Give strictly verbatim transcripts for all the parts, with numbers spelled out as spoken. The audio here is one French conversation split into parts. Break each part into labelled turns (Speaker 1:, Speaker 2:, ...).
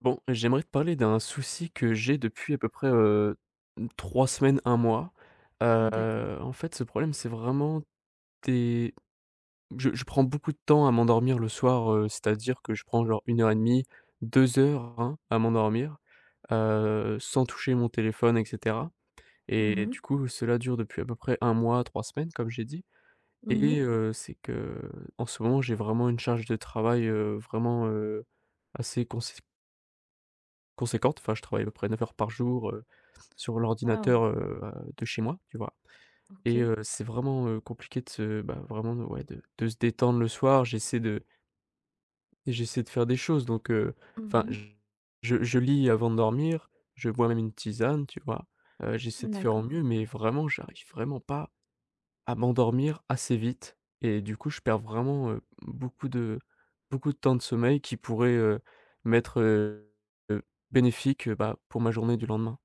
Speaker 1: Bon, j'aimerais te parler d'un souci que j'ai depuis à peu près, heu, trois semaines, un mois.
Speaker 2: D'accord.
Speaker 1: Heu, en fait, ce problème, c'est vraiment des je je prends beaucoup de temps à m'endormir le soir, heu, c'est-à-dire que je prends genre une heure et demie, deux heures, hein, à m'endormir, heu, sans toucher mon téléphone et cetera.
Speaker 2: Mmh
Speaker 1: Et du
Speaker 2: mh.
Speaker 1: coup, cela dure depuis à peu près un mois, trois semaines, comme j'ai dit.
Speaker 2: Mmh mh.
Speaker 1: Et heu, c'est que en ce moment, j'ai vraiment une charge de travail, heu, vraiment, heu, assez conséquente. Conséquente, enfin, je travaille à peu près neuf heures par jour, heu, sur
Speaker 2: Waouh!
Speaker 1: l'ordinateur, heu, à de chez moi, tu vois?
Speaker 2: OK.
Speaker 1: Et heu, c'est vraiment, heu, compliqué de se bah, vraiment de ouais, de de se détendre le soir. J'essaie de j'essaie de faire des choses donc heu,
Speaker 2: Mmh
Speaker 1: enfin,
Speaker 2: mh.
Speaker 1: je je je lis avant de dormir, je bois même une tisane, tu vois? Heu, j'essaie de faire au
Speaker 2: D'accord.
Speaker 1: mieux mais vraiment, j'arrive vraiment pas à m'endormir assez vite et du coup, je perds vraiment, heu, beaucoup de beaucoup de temps de sommeil qui pourrait, heu, m'être, heu, bénéfique, euh, bah, pour ma journée du lendemain.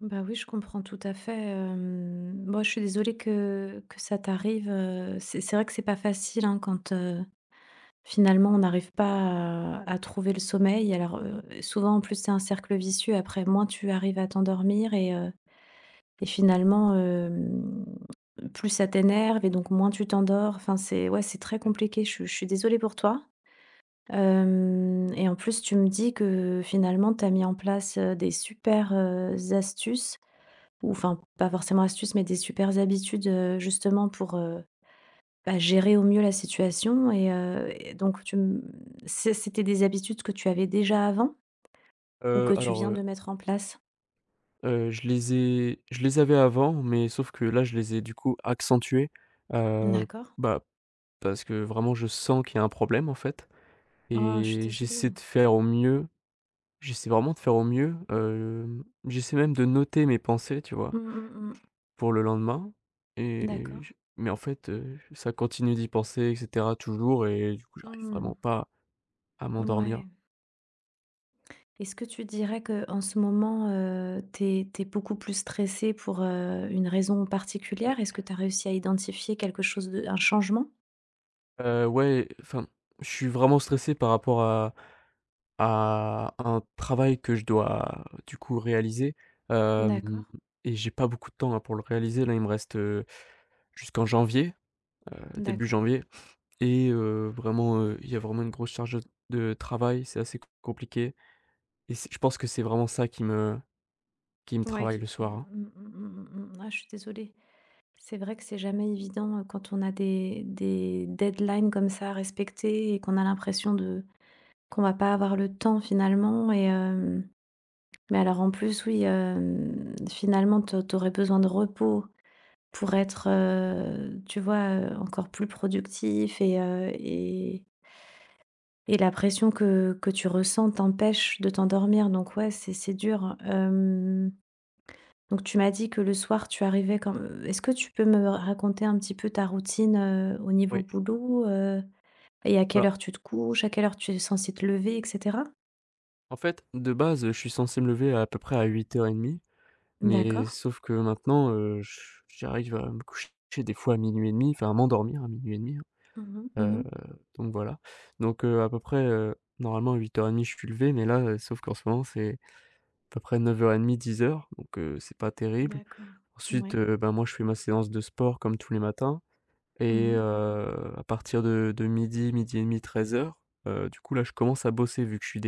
Speaker 2: Bah, oui, je comprends tout à fait, hem, moi, je suis désolée que que ça t'arrive, heu, c'est c'est vrai que c'est pas facile, hein, quand, heu, finalement, on n'arrive pas à à trouver le sommeil. Alors, heu, souvent, en plus, c'est un cercle vicieux. Après, moins tu arrives à t'endormir et heu et finalement, hem, plus ça t'énerve et donc moins tu t'endors. Enfin, c'est ouais, c'est très
Speaker 1: Ouais.
Speaker 2: compliqué. Je suis je suis désolée pour toi. Hem, et en plus, tu me dis que finalement, tu as mis en place, heu, des super, heu, astuces ou enfin, pas forcément astuces, mais des super habitudes, heu, justement pour, heu, bah, gérer au mieux la situation et heu, et donc tu m c'est c'était des habitudes que tu avais déjà avant ou
Speaker 1: Heu,
Speaker 2: que tu
Speaker 1: alors,
Speaker 2: viens
Speaker 1: heu
Speaker 2: de mettre en place?
Speaker 1: heu, je les ai je les avais avant, mais sauf que là, je les ai du coup accentués, heu,
Speaker 2: D'accord.
Speaker 1: bah, parce que vraiment je sens qu'il y a un problème en fait
Speaker 2: Oh, je suis
Speaker 1: et j'essaie
Speaker 2: désolée.
Speaker 1: de faire au mieux. J'essaie vraiment de faire au mieux, hem, j'essaie même de noter mes pensées, tu vois?
Speaker 2: Mmh mh, mmh.
Speaker 1: Pour le lendemain. Et
Speaker 2: D'accord.
Speaker 1: je mais en fait, heu, ça continue d'y penser et cetera toujours et du coup, j'arrive
Speaker 2: Mmh.
Speaker 1: vraiment pas à m'endormir.
Speaker 2: Mouais. Est-ce que tu dirais que en ce moment, heu, t'es es beaucoup plus stressée pour, heu, une raison
Speaker 1: Ouais.
Speaker 2: particulière? Est-ce que tu as réussi à identifier quelque chose de un changement?
Speaker 1: Heu, ouais, enfin, je suis vraiment stressé par rapport à à un travail que je dois, du coup, réaliser, hem
Speaker 2: D'accord,
Speaker 1: et j'ai pas beaucoup de temps, là, pour le réaliser. Là, il me reste, heu, jusqu'en janvier, heu, début
Speaker 2: d'accord.
Speaker 1: janvier. Et heu, vraiment, heu, il y a vraiment une grosse charge de de travail. C'est assez compliqué. Et c'est je pense que c'est vraiment ça qui me qui me
Speaker 2: Ouais,
Speaker 1: travaille
Speaker 2: qui
Speaker 1: le
Speaker 2: te
Speaker 1: soir,
Speaker 2: mmh
Speaker 1: hein.
Speaker 2: mh, mmh mh, ah, je suis désolée. C'est vrai que c'est jamais évident, heu, quand on a des des deadlines comme ça à respecter et qu'on a l'impression de qu'on va pas avoir le temps finalement et hem, mais alors en plus oui, hem, finalement, tu tu aurais besoin de repos. Pour être, heu, tu vois, heu, encore plus productif et heu et et la pression que que tu ressens t'empêche de t'endormir donc ouais, c'est c'est dur. Hem, donc tu m'as dit que le soir, tu arrivais quand euh, est-ce que tu peux me raconter un petit peu ta routine, heu, au niveau
Speaker 1: Oui.
Speaker 2: boulot, heu et à quelle
Speaker 1: Bah,
Speaker 2: heure tu te couches? À quelle heure tu es censé te lever et cetera?
Speaker 1: en fait, de base, je suis censé me lever à peu près à huit heures et demie, mais
Speaker 2: D'accord.
Speaker 1: sauf que maintenant, heu, j j'arrive à me coucher des fois à minuit et demi enfin, à m'endormir à minuit et demi.
Speaker 2: Mmh mh.
Speaker 1: Heu,
Speaker 2: Mmh.
Speaker 1: donc voilà. Donc heu, à peu près, heu, normalement huit heures et demie je suis levé, mais là, heu, sauf qu'en ce moment c'est à peu près neuf heures et demie dix heures, donc heu, c'est pas terrible.
Speaker 2: D'accord.
Speaker 1: Ensuite,
Speaker 2: Oui.
Speaker 1: heu, ben, moi je fais ma séance de sport comme tous les matins. Et
Speaker 2: Mmh.
Speaker 1: heu, à partir de de midi, midi et demi, treize heures, heu, du coup là je commence à bosser vu que je suis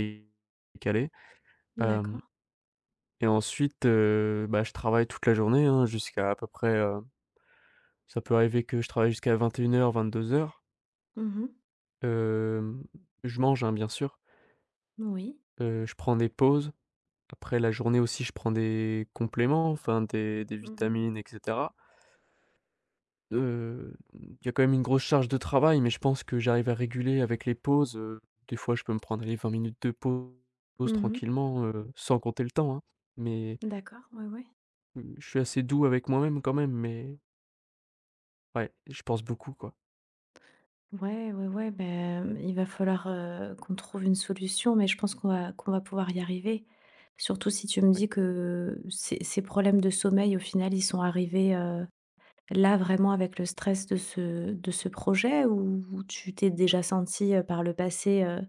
Speaker 1: décalé. Hem
Speaker 2: D'accord.
Speaker 1: et ensuite, heu, bah, je travaille toute la journée, hein, jusqu'à à peu près, heu, ça peut arriver que je travaille jusqu'à vingt et une heures-vingt-deux heures.
Speaker 2: Mmh.
Speaker 1: Hem, je mange, hein, bien sûr.
Speaker 2: Oui.
Speaker 1: Heu, je prends des pauses. Après la journée aussi, je prends des compléments, enfin des des
Speaker 2: Mmh mh.
Speaker 1: vitamines et cetera. Heu, il y a quand même une grosse charge de travail, mais je pense que j'arrive à réguler avec les pauses, heu, des fois je peux me prendre, allez, vingt minutes de pause
Speaker 2: Mmh.
Speaker 1: tranquillement, heu, sans compter le temps, hein. Mais,
Speaker 2: D'accord, oui, oui.
Speaker 1: mmh, je suis assez doux avec moi-même quand même, mais ouais, je pense beaucoup, quoi.
Speaker 2: Ouais, ouais, ouais, ben, il va falloir, heu, qu'on trouve une solution, mais je pense qu'on va qu'on va pouvoir y arriver. Surtout si tu me
Speaker 1: Ouais,
Speaker 2: dis que ces ces problèmes de sommeil, au final, ils sont arrivés, heu, là, vraiment avec le stress de ce de ce projet ou tu t'es
Speaker 1: ouais.
Speaker 2: déjà sentie, heu, par le passé, heu,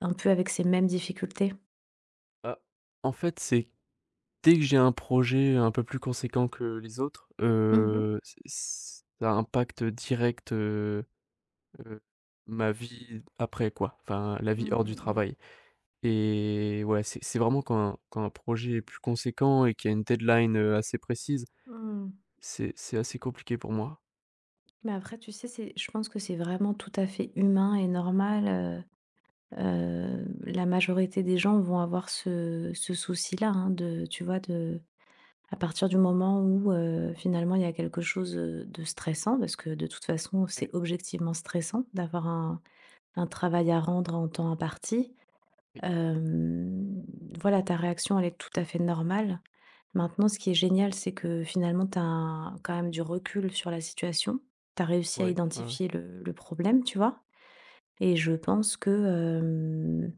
Speaker 2: un peu avec ces mêmes difficultés?
Speaker 1: Bah, en fait, c'est dès que j'ai un projet un peu plus conséquent que les autres,
Speaker 2: Mmh mh.
Speaker 1: heu, ç ç ça impacte direct, heu Heu, Ma vie après quoi, enfin la vie
Speaker 2: Mmh
Speaker 1: hors du travail.
Speaker 2: mh
Speaker 1: Et ouais, c'est c'est vraiment quand un quand un projet est plus conséquent et qu'il y a une deadline, heu, assez précise,
Speaker 2: mh. Mmh.
Speaker 1: c'est c'est assez compliqué pour moi.
Speaker 2: Mais après, tu sais, c'est je pense que c'est vraiment tout à fait humain et normal. Heu, la majorité des gens vont avoir ce ce souci-là, hein, de tu vois, de à partir du moment où, heu, finalement, il y a quelque chose, heu, de stressant, parce que de toute façon,
Speaker 1: Et
Speaker 2: c'est objectivement stressant d'avoir un un travail à rendre en temps imparti.
Speaker 1: oui,
Speaker 2: Hem, voilà, ta réaction, elle est tout à fait normale. Maintenant, ce qui est génial, c'est que finalement, tu as quand même du recul sur la situation. Tu as réussi à
Speaker 1: ouais, ouais, ouais,
Speaker 2: identifier le le problème, tu vois? Et je pense que, euh,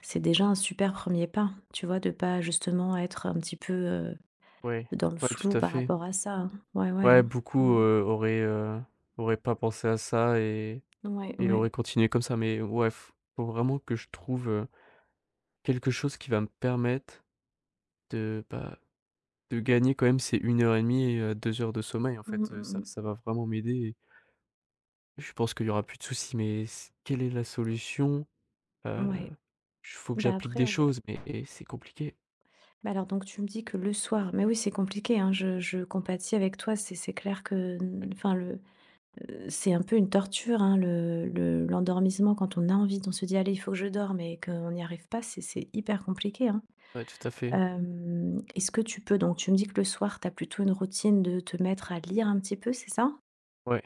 Speaker 2: c'est déjà un super premier pas, tu vois? De pas justement être un petit peu, heu,
Speaker 1: ouais,
Speaker 2: dans le
Speaker 1: ouais,
Speaker 2: flou
Speaker 1: tout à
Speaker 2: par
Speaker 1: fait.
Speaker 2: rapport à ça, hein. Ouais, ouais,
Speaker 1: Ouais,
Speaker 2: hein. Mmh.
Speaker 1: beaucoup, heu, auraient, heu, auraient pas pensé à ça et
Speaker 2: Ouais,
Speaker 1: et
Speaker 2: ouais.
Speaker 1: auraient continué comme ça, mais ouais, f faut vraiment que je trouve, heu, quelque chose qui va me permettre de, bah, de gagner quand même ces une heure et demie et heu, deux heures de sommeil en
Speaker 2: Mmh
Speaker 1: fait,
Speaker 2: mh,
Speaker 1: heu, ça
Speaker 2: mmh.
Speaker 1: ça va vraiment m'aider. Je pense qu'il y aura plus de soucis, mais s quelle est la solution? Heu,
Speaker 2: Ouais.
Speaker 1: il faut que
Speaker 2: Bah,
Speaker 1: j'applique des
Speaker 2: après, oui,
Speaker 1: choses, mais et c'est compliqué.
Speaker 2: bah, alors donc tu me dis que le soir mais oui, c'est compliqué, hein, je je compatis avec toi, c'est c'est clair que,
Speaker 1: Ouais,
Speaker 2: mmh, enfin le, heu, c'est un peu une torture, hein, le le l'endormissement quand on a envie, on se dit: «Allez, il faut que je dorme» et qu'on n'y arrive pas, c'est c'est hyper compliqué, hein.
Speaker 1: ouais, tout à fait.
Speaker 2: Hem, est-ce que tu peux donc tu me dis que le soir, tu as plutôt une routine de te mettre à lire un petit peu, c'est ça?
Speaker 1: Ouais,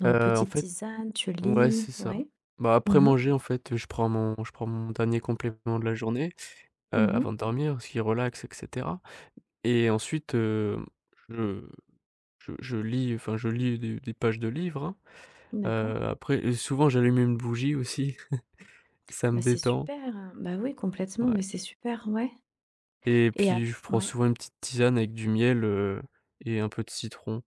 Speaker 2: Donc
Speaker 1: heu, en
Speaker 2: petite
Speaker 1: fait
Speaker 2: tisane, tu
Speaker 1: ouais, c'est
Speaker 2: lis,
Speaker 1: ça.
Speaker 2: ouais.
Speaker 1: Bah, après
Speaker 2: Mmh mh.
Speaker 1: manger, en fait, je prends mon je prends mon dernier complément de la journée, heu,
Speaker 2: Mmh.
Speaker 1: avant de dormir, ce qui relaxe et cetera. Et ensuite, hem, je je je lis, enfin, je lis des des pages de livres, hein.
Speaker 2: D'accord.
Speaker 1: Heu, après, et souvent, j'allume une bougie aussi, ça
Speaker 2: Bah,
Speaker 1: me
Speaker 2: c'est
Speaker 1: détend.
Speaker 2: super, hein. Bah, oui, complètement,
Speaker 1: Ouais.
Speaker 2: mais c'est super, ouais
Speaker 1: Et
Speaker 2: et ap
Speaker 1: puis je prends
Speaker 2: ouais,
Speaker 1: souvent une petite tisane avec du miel, heu et un peu de citron.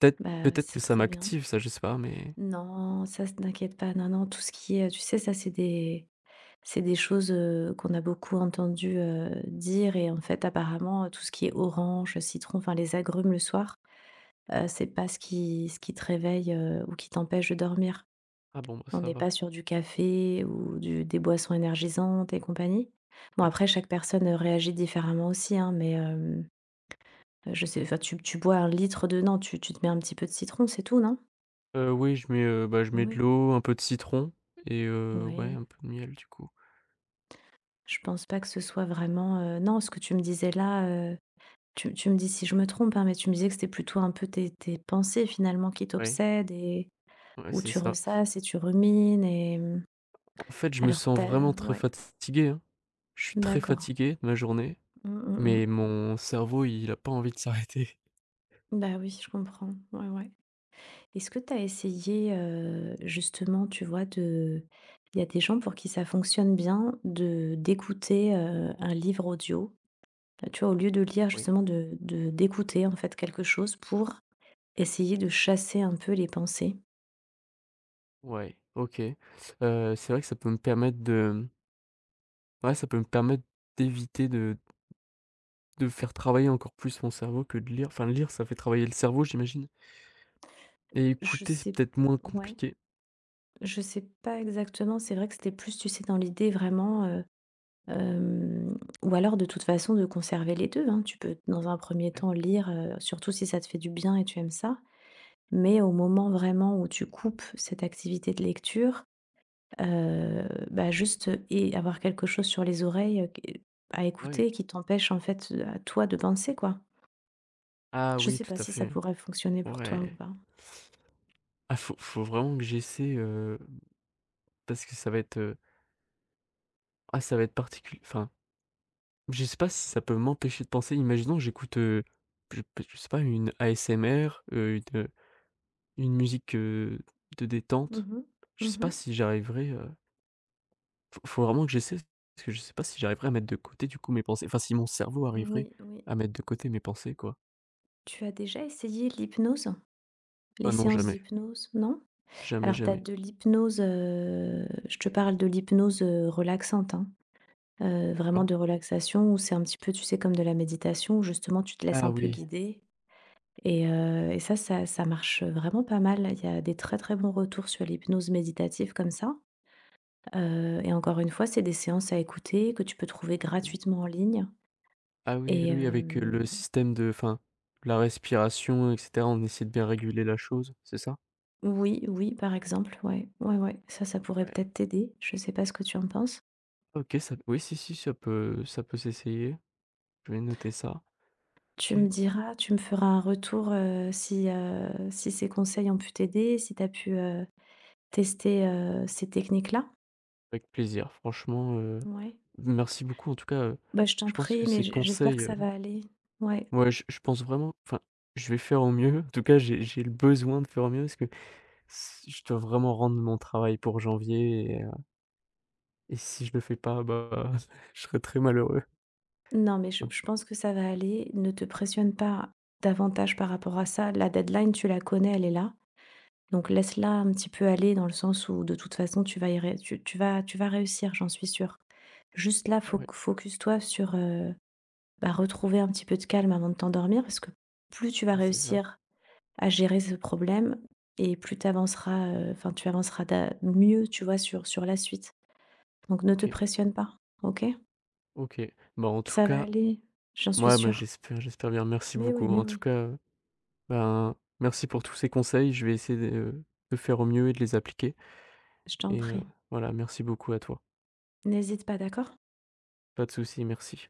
Speaker 1: Peut-être
Speaker 2: bah,
Speaker 1: peut-être que
Speaker 2: c'est
Speaker 1: ça
Speaker 2: très bien.
Speaker 1: m'active ça, je sais pas, mais
Speaker 2: Non, ça s t'inquiète pas. Non, non, tout ce qui est, tu sais, ça, c'est des c'est des choses, heu, qu'on a beaucoup entendu, heu, dire et en fait, apparemment, tout ce qui est orange, citron, enfin les agrumes le soir
Speaker 1: oui.
Speaker 2: heu, c'est pas ce qui ce qui te réveille, heu, ou qui t'empêche de dormir.
Speaker 1: Ah bon, bah,
Speaker 2: On
Speaker 1: ça
Speaker 2: n'est pas
Speaker 1: va,
Speaker 2: sur du café ou du des boissons énergisantes et compagnie. Bon
Speaker 1: ouais.
Speaker 2: après chaque personne, heu, réagit différemment aussi, hein, mais hem, je sais enfin tu tu bois un litre de non, tu tu te mets un petit peu de citron, c'est tout, non?
Speaker 1: Heu, oui, je mets, heu, bah, je mets de
Speaker 2: Oui,
Speaker 1: l'eau, un peu de citron et heu, ouais,
Speaker 2: oui.
Speaker 1: un peu de miel du coup.
Speaker 2: Je pense pas que ce soit vraiment, heu non, ce que tu me disais là, heu, tu tu me dis si je me trompe, hein, mais tu me disais que c'était plutôt un peu tes tes pensées finalement qui
Speaker 1: Ouais,
Speaker 2: t'obsèdent et
Speaker 1: ouais,
Speaker 2: où
Speaker 1: c'est
Speaker 2: tu
Speaker 1: ça.
Speaker 2: ressasses et tu rumines et mmh,
Speaker 1: En fait, je me
Speaker 2: alors
Speaker 1: sens
Speaker 2: tu
Speaker 1: vraiment très
Speaker 2: ouais.
Speaker 1: fatigué, hein. Je suis très
Speaker 2: D'accord.
Speaker 1: fatigué de ma journée,
Speaker 2: Mmh, mmh, mmh.
Speaker 1: mais mon cerveau, il a pas envie de s'arrêter.
Speaker 2: Bah, oui, je comprends. Ouais, ouais. Est-ce que tu as essayé, heu, justement, tu vois, de il y a des gens pour qui ça fonctionne bien de d'écouter, heu, un livre audio, heu, tu vois, au lieu de lire
Speaker 1: Oui,
Speaker 2: justement de de d'écouter, en fait, quelque chose pour essayer de chasser un peu les pensées?
Speaker 1: ouais, OK. Heu, c'est vrai que ça peut me permettre de, mmh, ouais, ça peut me permettre d'éviter de de faire travailler encore plus mon cerveau que de lire. Enfin, lire, ça fait travailler le cerveau, j'imagine. Et
Speaker 2: Je
Speaker 1: écouter, c'est
Speaker 2: sais
Speaker 1: peut-être moins
Speaker 2: ouais,
Speaker 1: compliqué.
Speaker 2: je sais pas exactement, c'est vrai que c'était plus, tu sais, dans l'idée vraiment. Hem, ou alors de toute façon de conserver les deux, hein. Tu peux dans un premier
Speaker 1: Ouais,
Speaker 2: temps lire, heu, surtout si ça te fait du bien et tu aimes ça, mais au moment vraiment où tu coupes cette activité de lecture, heu, bah, juste euh, et avoir quelque chose sur les oreilles, heu, q à
Speaker 1: ouais.
Speaker 2: écouter qui t'empêche en fait, heu, à toi de penser quoi.
Speaker 1: Ah
Speaker 2: Je
Speaker 1: oui,
Speaker 2: sais pas
Speaker 1: tout à
Speaker 2: si ça
Speaker 1: fait.
Speaker 2: pourrait fonctionner pour toi ou
Speaker 1: Ouais.
Speaker 2: pas?
Speaker 1: Ah, faut faut vraiment que j'essaie, heu, parce que ça va être, heu, ah, ça va être particulier, enfin, je sais pas si ça peut m'empêcher de penser. Imaginons, j'écoute, heu, je je sais pas, une A S M R, heu, une, heu, une musique, heu, de détente.
Speaker 2: Mmh mh.
Speaker 1: Je sais
Speaker 2: Mmh.
Speaker 1: pas si j'arriverai, euh, Faut faut vraiment que j'essaie, parce que je sais pas si j'arriverai à mettre de côté, du coup, mes pensées. Enfin, si mon cerveau arriverait
Speaker 2: Oui, oui.
Speaker 1: à mettre de côté mes pensées, quoi.
Speaker 2: Tu as déjà essayé l'hypnose? Les
Speaker 1: Ah non,
Speaker 2: séances
Speaker 1: jamais.
Speaker 2: d'hypnose, non?
Speaker 1: Jamais,
Speaker 2: Alors tu as
Speaker 1: jamais.
Speaker 2: de l'hypnose, heu, je te parle de l'hypnose, heu, relaxante, hein, heu, vraiment
Speaker 1: D'accord.
Speaker 2: de relaxation où c'est un petit peu, tu sais, comme de la méditation où justement tu te laisses
Speaker 1: Ah
Speaker 2: un peu
Speaker 1: oui.
Speaker 2: guider et heu et ça ça ça marche, vraiment pas mal. Il y a des très, très bons retours sur l'hypnose méditative comme ça, heu et encore une fois, c'est des séances à écouter que tu peux trouver
Speaker 1: Ah oui.
Speaker 2: gratuitement en ligne
Speaker 1: Ah oui, oui,
Speaker 2: et
Speaker 1: oui, avec, heu, le
Speaker 2: hem
Speaker 1: système de enfin, la respiration et cetera, on essaie de bien réguler la chose, c'est ça?
Speaker 2: oui, oui, par exemple, ouais, ouais, ouais, ça, ça pourrait
Speaker 1: Ouais.
Speaker 2: peut-être t'aider. Je sais pas ce que tu en penses?
Speaker 1: OK, ça oui, si, si, ça peut ça peut s'essayer. Je vais noter ça.
Speaker 2: Tu
Speaker 1: OK,
Speaker 2: me diras, tu me feras un retour, heu, si, heu, si ces conseils ont pu t'aider, si tu as pu, heu, tester, heu, ces techniques-là?
Speaker 1: avec plaisir. Franchement, heu,
Speaker 2: Ouais.
Speaker 1: merci beaucoup en tout cas, heu,
Speaker 2: Bah, je t'en
Speaker 1: je pense que
Speaker 2: prie, mais
Speaker 1: ces
Speaker 2: j j'espère que
Speaker 1: conseils.
Speaker 2: ça va aller. Ouais.
Speaker 1: Ouais, je je pense vraiment enfin, je vais faire au mieux. En tout cas, j'ai j'ai le besoin de faire au mieux parce que s je dois vraiment rendre mon travail pour janvier. Et heu et si je le fais pas, bah, je serai très malheureux.
Speaker 2: Non, mais je
Speaker 1: Mmh,
Speaker 2: je pense que ça va aller. Ne te pressionne pas davantage par rapport à ça. La deadline, tu la connais, elle est là. Donc laisse-la un petit peu aller dans le sens où de toute façon tu vas y ré tu tu vas tu vas réussir, j'en suis sûre. Juste là,
Speaker 1: ouais,
Speaker 2: foc focus-toi sur, euh, bah, retrouver un petit peu de calme avant de t'endormir parce que plus tu vas
Speaker 1: ouais, c'est ça.
Speaker 2: réussir à gérer ce problème et plus tu avanceras, enfin, tu avanceras da mieux, tu vois, sur sur la suite. Donc ne te
Speaker 1: OK,
Speaker 2: pressionne pas, OK?
Speaker 1: OK. Bah, en tout
Speaker 2: Ça va
Speaker 1: cas,
Speaker 2: aller, j'en suis
Speaker 1: moi, bah,
Speaker 2: sûre.
Speaker 1: j'espère j'espère bien. Merci
Speaker 2: Mais
Speaker 1: beaucoup.
Speaker 2: oui, mais
Speaker 1: En tout
Speaker 2: oui,
Speaker 1: cas, ben, merci pour tous ces conseils. Je vais essayer de euh, de faire au mieux et de les appliquer
Speaker 2: je t'en
Speaker 1: et heu,
Speaker 2: prie.
Speaker 1: voilà, merci beaucoup à toi.
Speaker 2: N'hésite pas, d'accord?
Speaker 1: Pas de souci, merci.